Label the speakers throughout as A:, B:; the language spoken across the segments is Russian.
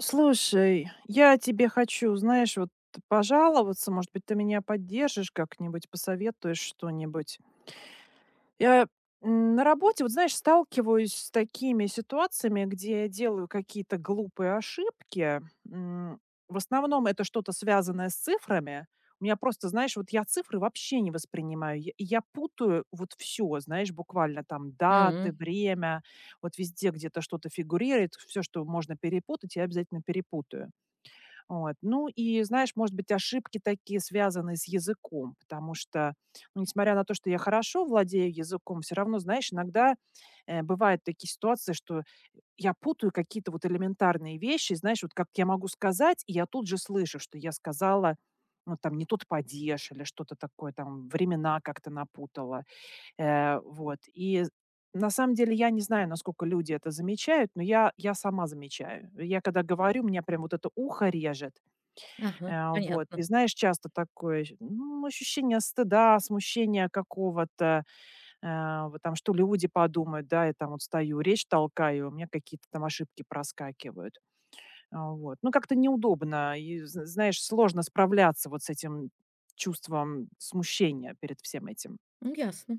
A: Слушай, я тебе хочу, знаешь, вот пожаловаться, может быть, ты меня поддержишь как-нибудь, посоветуешь что-нибудь. Я на работе, вот знаешь, сталкиваюсь с такими ситуациями, где я делаю какие-то глупые ошибки. М, В основном это что-то связанное с цифрами. У меня просто, знаешь, вот я цифры вообще не воспринимаю. Я путаю вот все, знаешь, буквально там даты,
B: М,
A: время, вот везде где-то что-то фигурирует, все, что можно перепутать, я обязательно перепутаю. Вот. Ну и, знаешь, может быть, ошибки такие связаны с языком, потому что, ну, несмотря на то, что я хорошо владею языком, все равно, знаешь, иногда бывают такие ситуации, что я путаю какие-то вот элементарные вещи, знаешь, вот как я могу сказать, и я тут же слышу, что я сказала, ну, там, не тот падеж или что-то такое, там, времена как-то напутала. Вот. И на самом деле я не знаю, насколько люди это замечают, но я сама замечаю. Я когда говорю, меня прям вот это ухо режет.
B: ага,
A: Вот. И
B: понятно.
A: знаешь, часто такое, щ ну, ощущение стыда, смущения какого-то, вот там, что люди подумают, да, я там вот стою, речь толкаю, у меня какие-то там ошибки проскакивают. Вот. Ну, как-то неудобно и, зн знаешь, сложно справляться вот с этим чувством смущения перед всем этим.
B: Ну, ясно.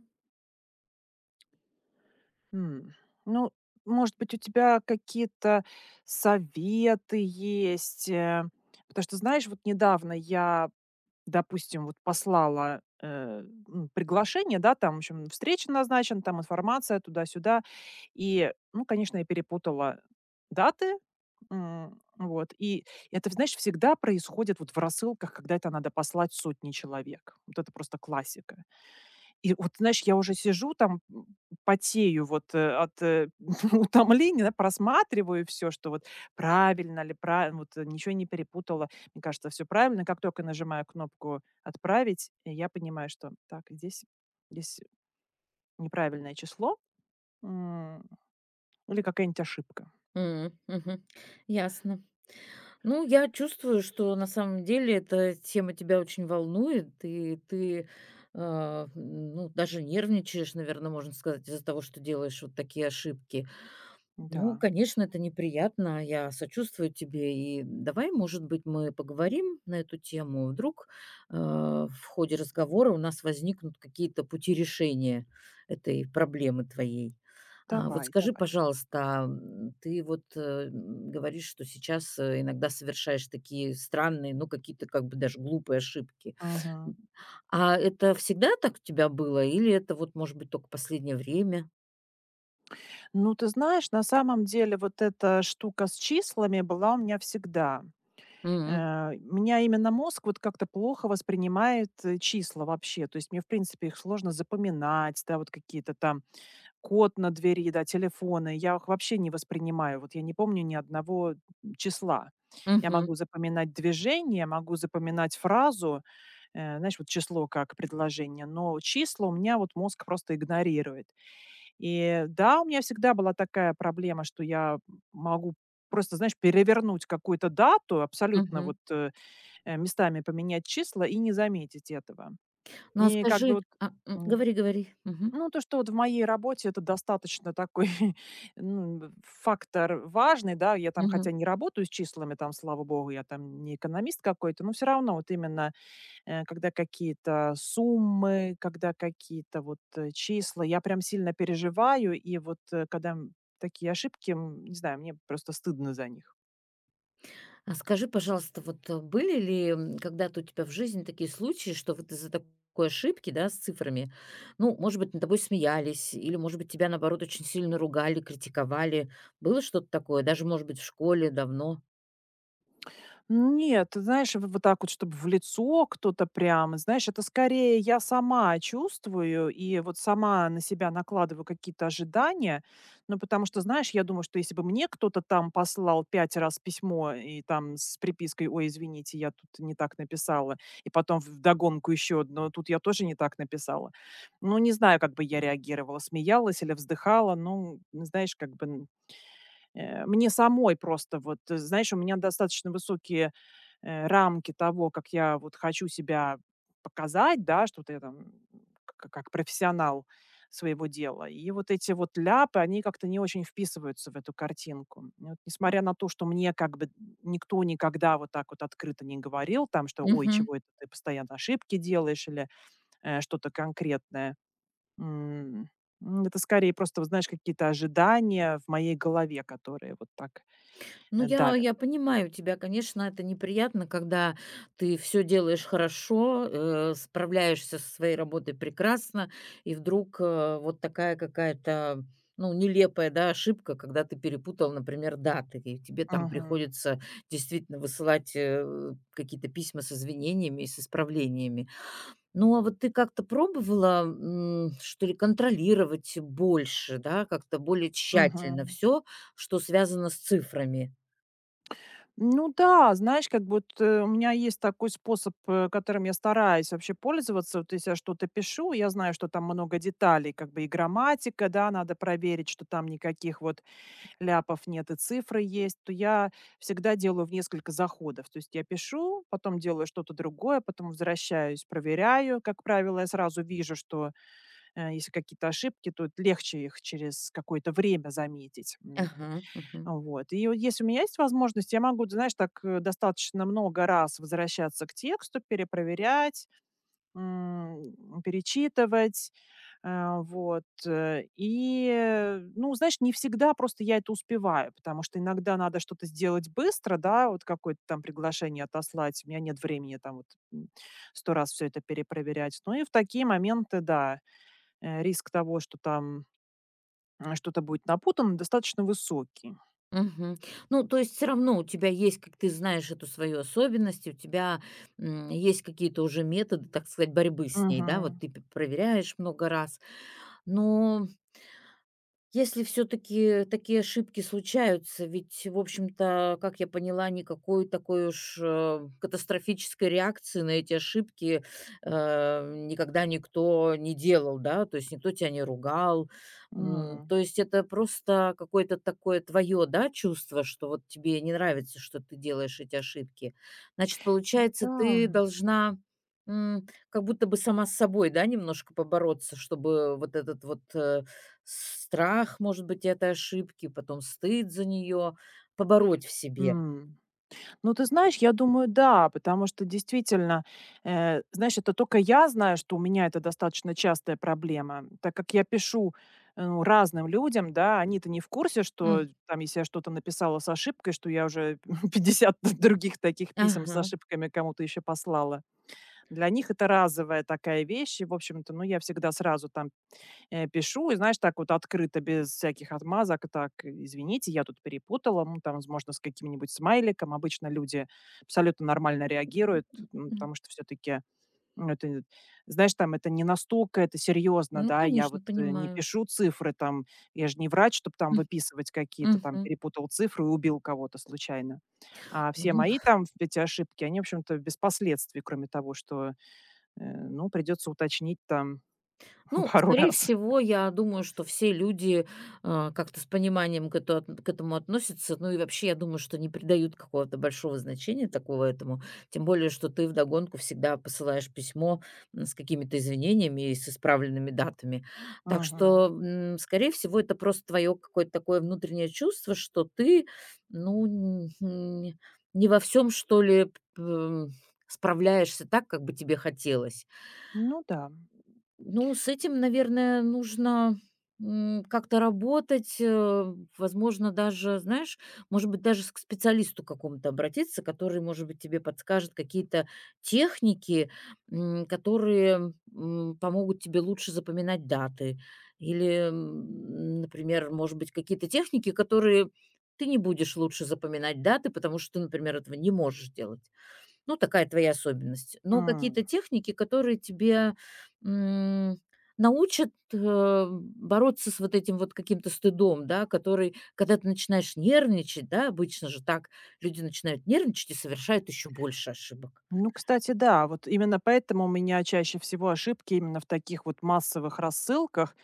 A: М. Ну, может быть, у тебя какие-то советы есть? Потому что, знаешь, вот недавно я допустим, вот послала, приглашение, да, там, в общем, встреча назначена, там информация туда-сюда. И, ну, конечно, я перепутала даты, вот. И это, знаешь, всегда происходит вот в рассылках, когда это надо послать сотни человек. Вот это просто классика. И вот, знаешь, я уже сижу там, потею вот, от, утомления, да, просматриваю всё, что вот правильно ли, ничего не перепутала. Мне кажется, все правильно. Как только нажимаю кнопку "Отправить", я понимаю, что так, здесь неправильное число, м, или какая-нибудь ошибка.
B: М, мгм. Ясно. Ну, я чувствую, что на самом деле эта тема тебя очень волнует, и ты даже нервничаешь, наверное, можно сказать, из-за того, что делаешь вот такие ошибки. Ну,
A: Да,
B: конечно, это неприятно. Я сочувствую тебе. И давай, может быть, мы поговорим на эту тему. Вдруг в ходе разговора у нас возникнут какие-то пути решения этой проблемы твоей. А вот
A: давай,
B: скажи,
A: давай.
B: пожалуйста, ты вот говоришь, что сейчас иногда совершаешь такие странные, ну, какие-то как бы даже глупые ошибки.
A: Мгм.
B: А это всегда так у тебя было? Или это вот, может быть, только последнее время?
A: Ну, ты знаешь, на самом деле вот эта штука с числами была у меня всегда.
B: Мгм.
A: Меня именно мозг вот как-то плохо воспринимает, числа вообще. То есть мне, в принципе, их сложно запоминать, да, вот какие-то там код на двери, да, телефоны. Я их вообще не воспринимаю. Вот я не помню ни одного числа. Я
B: Мгм.
A: могу запоминать движение, могу запоминать фразу, знаешь, вот число как предложение, но числа у меня вот мозг просто игнорирует. И да, у меня всегда была такая проблема, что я могу просто, знаешь, перевернуть какую-то дату абсолютно
B: Мгм.
A: вот, местами поменять числа и не заметить этого.
B: Ну, а
A: И как бы
B: скажи,
A: вот, м,
B: говори, говори. Мгм.
A: ну, то, что вот в моей работе это достаточно такой ну, фактор важный, да, я там
B: Мгм.
A: хотя не работаю с числами, там, слава богу, я там не экономист какой-то, но все равно вот именно, когда какие-то суммы, когда какие-то вот числа, я прям сильно переживаю, и вот когда такие ошибки, не знаю, мне просто стыдно за них.
B: А скажи, пожалуйста, были ли, когда-то у тебя в жизни такие случаи, что вот из-за такой ошибки, да, с цифрами, ну, может быть, над тобой смеялись или, может быть, тебя, наоборот, очень сильно ругали, критиковали? Было что-то такое, даже, может быть, в школе давно?
A: Нет, ты знаешь, в вот так вот, чтобы в лицо кто-то прям, знаешь, это скорее я сама чувствую и вот сама на себя накладываю какие-то ожидания. Ну, потому что, знаешь, я думаю, что если бы мне кто-то там послал пять раз письмо и там с припиской «Ой, извините, я тут не так написала», и потом вдогонку еще одно «Тут я тоже не так написала». Ну, не знаю, как бы я реагировала, смеялась или вздыхала, ну, знаешь, мне самой просто вот, знаешь, у меня достаточно высокие рамки того, как я вот хочу себя показать, да, что вот я там как профессионал своего дела. И вот эти вот ляпы, они как-то не очень вписываются в эту картинку. И вот несмотря на то, что мне как бы никто никогда вот так вот открыто не говорил, там, что, ой, чего это ты постоянно ошибки делаешь или что-то конкретное. М, Это скорее просто, вот знаешь, какие-то ожидания в моей голове, которые вот так
B: Ну, я
A: давят.
B: я понимаю тебя, конечно, это неприятно, когда ты все делаешь хорошо, справляешься со своей работой прекрасно, и вдруг вот такая какая-то, ну, нелепая, да, ошибка, когда ты перепутал, например, даты, и тебе там
A: Мгм.
B: приходится действительно высылать какие-то письма с извинениями и с исправлениями. Ну, а вот ты как-то пробовала, что ли, контролировать больше, да, как-то более тщательно
A: Мгм.
B: все, что связано с цифрами?
A: Ну да, знаешь, как бы вот, у меня есть такой способ, которым я стараюсь вообще пользоваться. Вот если я что-то пишу, я знаю, что там много деталей, как бы и грамматика, да, надо проверить, что там никаких вот ляпов нет и цифры есть, то я всегда делаю в несколько заходов. То есть я пишу, потом делаю что-то другое, потом возвращаюсь, проверяю. Как правило, я сразу вижу, что если какие-то ошибки, то легче их через какое-то время заметить.
B: Ага, ага,
A: Вот. И вот если у меня есть возможность, я могу, знаешь, так достаточно много раз возвращаться к тексту, перепроверять, перечитывать. Вот. И, ну, знаешь, не всегда просто я это успеваю, потому что иногда надо что-то сделать быстро, да, вот какое-то там приглашение отослать, у меня нет времени там вот м, сто раз все это перепроверять. Ну и в такие моменты, да, риск того, что там что-то будет напутано, достаточно высокий.
B: мгм. Ну, то есть все равно у тебя есть, как ты знаешь эту свою особенность, у тебя, есть какие-то уже методы, так сказать, борьбы с ней, да? Вот
A: Мгм.
B: ты п проверяешь много раз. Но если все таки такие ошибки случаются, ведь, в общем-то, как я поняла, никакой такой уж катастрофической реакции на эти ошибки никогда никто не делал, да, то есть никто тебя не ругал.
A: М,
B: То есть это просто какое-то такое твое, да, чувство, что вот тебе не нравится, что ты делаешь эти ошибки. Значит, получается,
A: да,
B: ты должна, как будто бы сама с собой, да, немножко побороться, чтобы вот этот вот страх, может быть, этой ошибки, потом стыд за нее, побороть в себе.
A: м. Ну, ты знаешь, я думаю, да, потому что действительно, знаешь, это только я знаю, что у меня это достаточно частая проблема, так как я пишу, ну, разным людям, да, они-то не в курсе, что
B: М,
A: там, если я что-то написала с ошибкой, что я уже 50 других таких писем с
B: ага,
A: ошибками кому-то еще послала. Для них это разовая такая вещь, и, в общем-то, ну, я всегда сразу там пишу и, знаешь, так вот открыто, без всяких отмазок. Так, извините, я тут перепутала. Ну, там, возможно, с каким-нибудь смайликом. Обычно люди абсолютно нормально реагируют, ну,
B: м.
A: потому что все-таки, ну, это, знаешь, там, это не настолько, это серьезно,
B: Ну,
A: да, я
B: конечно,
A: вот не
B: понимаю.
A: пишу цифры, там, я же не врач, чтобы там выписывать
B: М,
A: какие-то, там,
B: мгм.
A: перепутал цифры и убил кого-то случайно. А
B: Ну
A: все мои там эти ошибки, они, в общем-то, без последствий, кроме того, что, э, ну, придется уточнить там
B: Ну,
A: пару
B: скорее
A: раз.
B: всего, я думаю, что все люди, как-то с пониманием к эту от к этому относятся. Ну и вообще, я думаю, что не придают какого-то большого значения такого этому. Тем более, что ты вдогонку всегда посылаешь письмо, с какими-то извинениями и с исправленными датами. Так
A: Мгм.
B: что, скорее всего, это просто твое какое-то такое внутреннее чувство, что ты, ну, н н не во всем что ли, п м, справляешься так, как бы тебе хотелось.
A: Ну да.
B: Ну, с этим, наверное, нужно, как-то работать. Возможно, даже, знаешь, может быть, даже с к специалисту какому-то обратиться, который, может быть, тебе подскажет какие-то техники, которые, помогут тебе лучше запоминать даты. Или, например, может быть, какие-то техники, которые ты не будешь лучше запоминать даты, потому что ты, например, этого не можешь делать. Ну, такая твоя особенность. Но
A: М.
B: какие-то техники, которые тебе, м, научат бороться с вот этим вот каким-то стыдом, да, который, когда ты начинаешь нервничать, да, обычно же так люди начинают нервничать и совершают еще больше ошибок.
A: Ну, кстати, да, вот именно поэтому у меня чаще всего ошибки именно в таких вот массовых рассылках,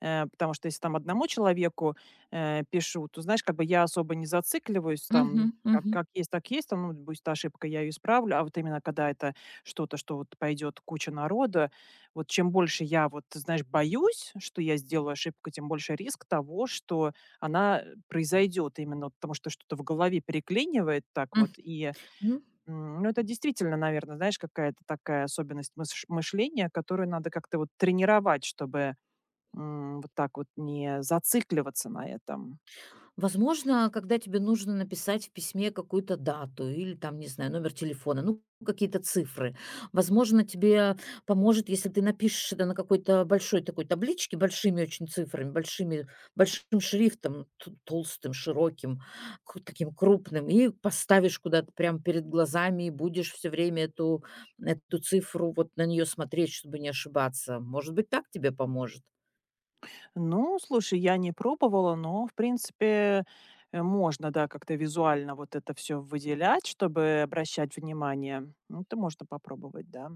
A: потому что если там одному человеку пишу, то, знаешь, как бы я особо не зацикливаюсь,
B: Мгм,
A: там,
B: мгм,
A: как есть, так есть, там, ну, будет ошибка, я ее исправлю, а вот именно когда это что-то, что вот пойдет куча народа, вот чем больше я вот, ты знаешь, боюсь, что я сделаю ошибку, тем больше риск того, что она произойдет именно вот потому, что что-то в голове переклинивает так
B: м.
A: вот. И
B: М.
A: Ну, это действительно, наверное, знаешь, какая-то такая особенность мышления, которую надо как-то вот тренировать, чтобы, вот так вот не зацикливаться на этом.
B: Возможно, когда тебе нужно написать в письме какую-то дату или там, не знаю, номер телефона, ну, какие-то цифры. Возможно, тебе поможет, если ты напишешь это на какой-то большой такой табличке, большими очень цифрами, большими, большим шрифтом, толстым, широким, таким крупным, и поставишь куда-то прямо перед глазами, и будешь все время эту цифру, вот на нее смотреть, чтобы не ошибаться. Может быть, так тебе поможет?
A: Ну, слушай, я не пробовала, но, в принципе, можно, да, как-то визуально вот это все выделять, чтобы обращать внимание. Ну, это можно попробовать, да.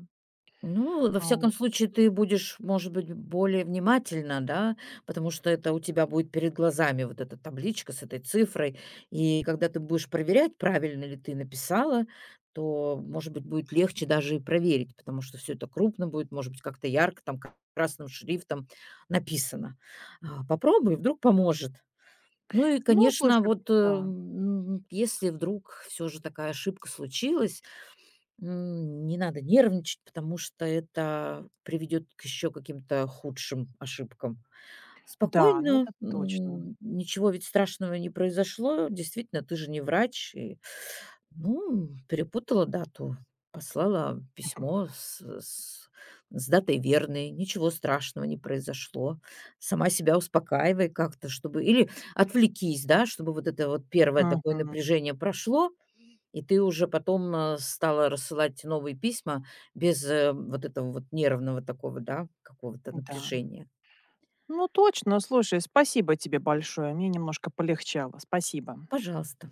B: Ну, во
A: Ау.
B: всяком случае, ты будешь, может быть, более внимательна, да, потому что это у тебя будет перед глазами вот эта табличка с этой цифрой. И когда ты будешь проверять, правильно ли ты написала, то, может быть, будет легче даже и проверить, потому что все это крупно будет, может быть, как-то ярко, там красным шрифтом написано. А, попробуй, вдруг поможет. Ну и,
A: Ну,
B: конечно,
A: слушай,
B: вот э,
A: да.
B: м, если вдруг все же такая ошибка случилась, не надо нервничать, потому что это приведет к еще каким-то худшим ошибкам.
A: Да, ну
B: Спокойно,
A: это точно.
B: м, ничего ведь страшного не произошло. Действительно, ты же не врач. И, ну, перепутала дату, послала письмо с датой верной. Ничего страшного не произошло. Сама себя успокаивай как-то, чтобы... Или отвлекись, да, чтобы вот это вот первое такое
A: Мгм.
B: напряжение прошло, и ты уже потом стала рассылать новые письма без вот этого вот нервного такого, да, какого-то
A: Да.
B: напряжения.
A: Ну точно, слушай, спасибо тебе большое. Мне немножко полегчало. Спасибо.
B: Пожалуйста.